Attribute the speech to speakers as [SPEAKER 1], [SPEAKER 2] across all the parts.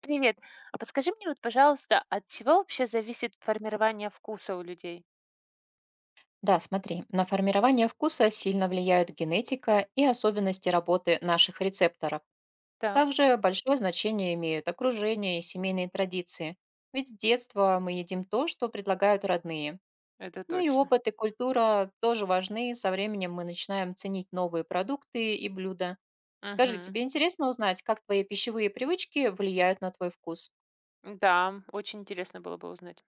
[SPEAKER 1] Привет. А подскажи мне вот, пожалуйста, от чего вообще зависит формирование вкуса у людей?
[SPEAKER 2] Да, смотри, на формирование вкуса сильно влияют генетика и особенности работы наших рецепторов.
[SPEAKER 1] Так,
[SPEAKER 2] Также большое значение имеют окружение и семейные традиции. Ведь с детства мы едим то, что предлагают родные.
[SPEAKER 1] это
[SPEAKER 2] Ну и
[SPEAKER 1] точно.
[SPEAKER 2] опыт и культура тоже важны. Со временем мы начинаем ценить новые продукты и блюда. Скажи,
[SPEAKER 1] Мгм.
[SPEAKER 2] тебе интересно узнать, как твои пищевые привычки влияют на твой вкус?
[SPEAKER 1] Да, очень интересно было бы узнать.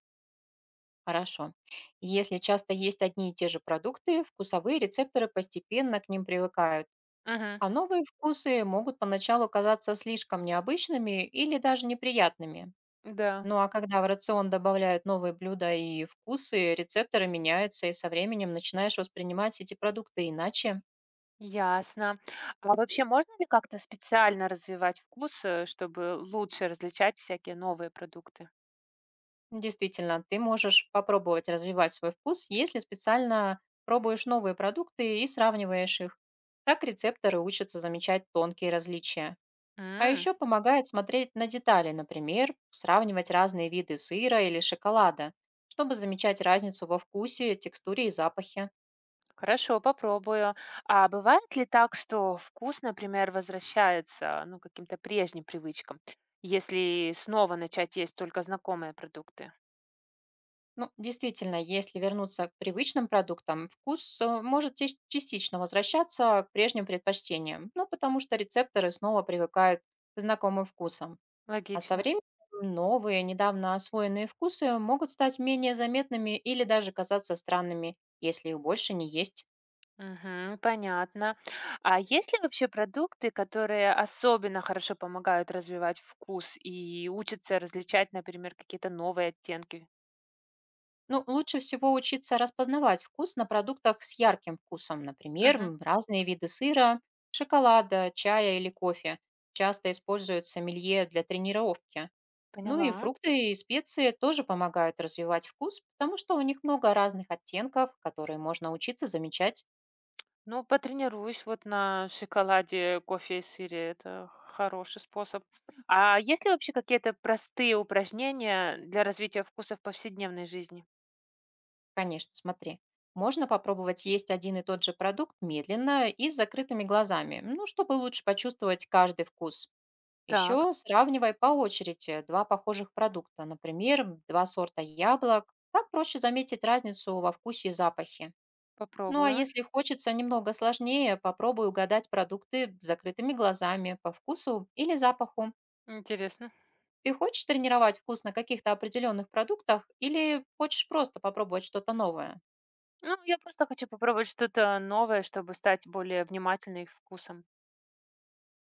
[SPEAKER 2] Хорошо. Если часто есть одни и те же продукты, вкусовые рецепторы постепенно к ним привыкают.
[SPEAKER 1] Мгм.
[SPEAKER 2] А новые вкусы могут поначалу казаться слишком необычными или даже неприятными.
[SPEAKER 1] Да.
[SPEAKER 2] Ну а когда в рацион добавляют новые блюда и вкусы, рецепторы меняются, и со временем начинаешь воспринимать эти продукты иначе.
[SPEAKER 1] Ясно. А вообще можно ли как-то специально развивать вкус, чтобы лучше различать всякие новые продукты?
[SPEAKER 2] Действительно, ты можешь попробовать развивать свой вкус, если специально пробуешь новые продукты и сравниваешь их. Так рецепторы учатся замечать тонкие различия. А
[SPEAKER 1] М,
[SPEAKER 2] еще помогает смотреть на детали, например, сравнивать разные виды сыра или шоколада, чтобы замечать разницу во вкусе, текстуре и запахе.
[SPEAKER 1] Хорошо, попробую. А бывает ли так, что вкус, например, возвращается, ну, к каким-то прежним привычкам, если снова начать есть только знакомые продукты?
[SPEAKER 2] Ну, действительно, если вернуться к привычным продуктам, вкус может частично возвращаться к прежним предпочтениям, ну, потому что рецепторы снова привыкают к знакомым вкусам. А со
[SPEAKER 1] Логично.
[SPEAKER 2] временем новые, недавно освоенные вкусы могут стать менее заметными или даже казаться странными, если их больше не есть.
[SPEAKER 1] Мгм. Понятно. А есть ли вообще продукты, которые особенно хорошо помогают развивать вкус и учатся различать, например, какие-то новые оттенки?
[SPEAKER 2] Ну, лучше всего учиться распознавать вкус на продуктах с ярким вкусом, например,
[SPEAKER 1] Мгм.
[SPEAKER 2] разные виды сыра, шоколада, чая или кофе. Часто используются мелье для тренировки. Ну и
[SPEAKER 1] Поняла.
[SPEAKER 2] фрукты и специи тоже помогают развивать вкус, потому что у них много разных оттенков, которые можно учиться замечать.
[SPEAKER 1] Ну, потренируюсь вот на шоколаде, кофе и сыре. Это хороший способ. А есть ли вообще какие-то простые упражнения для развития вкуса в повседневной жизни?
[SPEAKER 2] Конечно, смотри. Можно попробовать есть один и тот же продукт медленно и с закрытыми глазами, ну, чтобы лучше почувствовать каждый вкус.
[SPEAKER 1] Так,
[SPEAKER 2] Еще сравнивай по очереди два похожих продукта, например, два сорта яблок. Так проще заметить разницу во вкусе и запахе. Ну а
[SPEAKER 1] попробую.
[SPEAKER 2] если хочется немного сложнее, попробуй угадать продукты с закрытыми глазами по вкусу или запаху.
[SPEAKER 1] Интересно.
[SPEAKER 2] Ты хочешь тренировать вкус на каких-то определенных продуктах или хочешь просто попробовать что-то новое?
[SPEAKER 1] Ну, я просто хочу попробовать что-то новое, чтобы стать более внимательной к вкусам.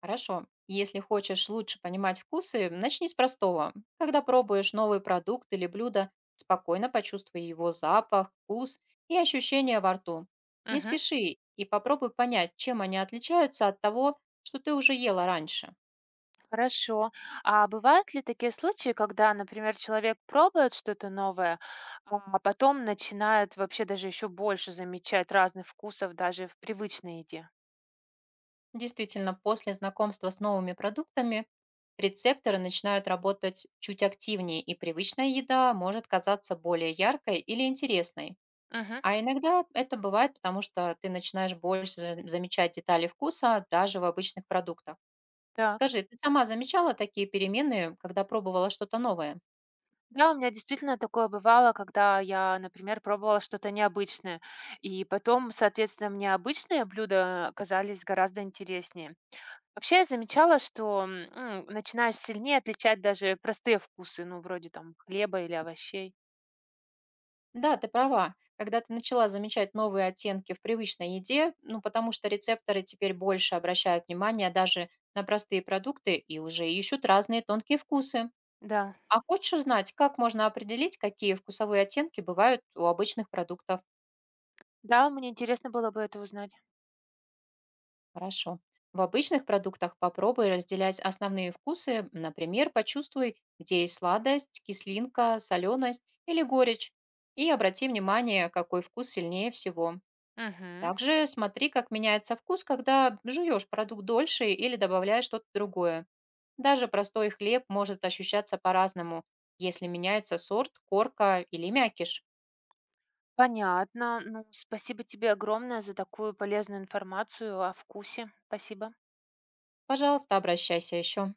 [SPEAKER 2] Хорошо. Если хочешь лучше понимать вкусы, начни с простого. Когда пробуешь новый продукт или блюдо, спокойно почувствуй его запах, вкус и ощущения во рту. Не
[SPEAKER 1] Мгм.
[SPEAKER 2] спеши и попробуй понять, чем они отличаются от того, что ты уже ела раньше.
[SPEAKER 1] Хорошо. А бывают ли такие случаи, когда, например, человек пробует что-то новое, а потом начинает вообще даже еще больше замечать разных вкусов даже в привычной еде?
[SPEAKER 2] Действительно, после знакомства с новыми продуктами рецепторы начинают работать чуть активнее, и привычная еда может казаться более яркой или интересной.
[SPEAKER 1] Мгм.
[SPEAKER 2] А иногда это бывает, потому что ты начинаешь больше замечать детали вкуса даже в обычных продуктах.
[SPEAKER 1] Так.
[SPEAKER 2] Скажи, ты сама замечала такие перемены, когда пробовала что-то новое?
[SPEAKER 1] Да, у меня действительно такое бывало, когда я, например, пробовала что-то необычное, и потом, соответственно, мне обычные блюда казались гораздо интереснее. Вообще, я замечала, что, ну, начинаешь сильнее отличать даже простые вкусы, ну, вроде там хлеба или овощей.
[SPEAKER 2] Да, ты права. Когда ты начала замечать новые оттенки в привычной еде, ну потому что рецепторы теперь больше обращают внимание даже на простые продукты и уже ищут разные тонкие вкусы.
[SPEAKER 1] Да,
[SPEAKER 2] А хочешь узнать, как можно определить, какие вкусовые оттенки бывают у обычных продуктов?
[SPEAKER 1] да, мне интересно было бы это узнать.
[SPEAKER 2] Хорошо. В обычных продуктах попробуй разделять основные вкусы. Например, почувствуй, где есть сладость, кислинка, соленость или горечь. И обрати внимание, какой вкус сильнее всего.
[SPEAKER 1] Мгм.
[SPEAKER 2] Также смотри, как меняется вкус, когда жуешь продукт дольше или добавляешь что-то другое. Даже простой хлеб может ощущаться по-разному, если меняется сорт, корка или мякиш.
[SPEAKER 1] Понятно. Ну, спасибо тебе огромное за такую полезную информацию о вкусе. Спасибо.
[SPEAKER 2] Пожалуйста, обращайся еще.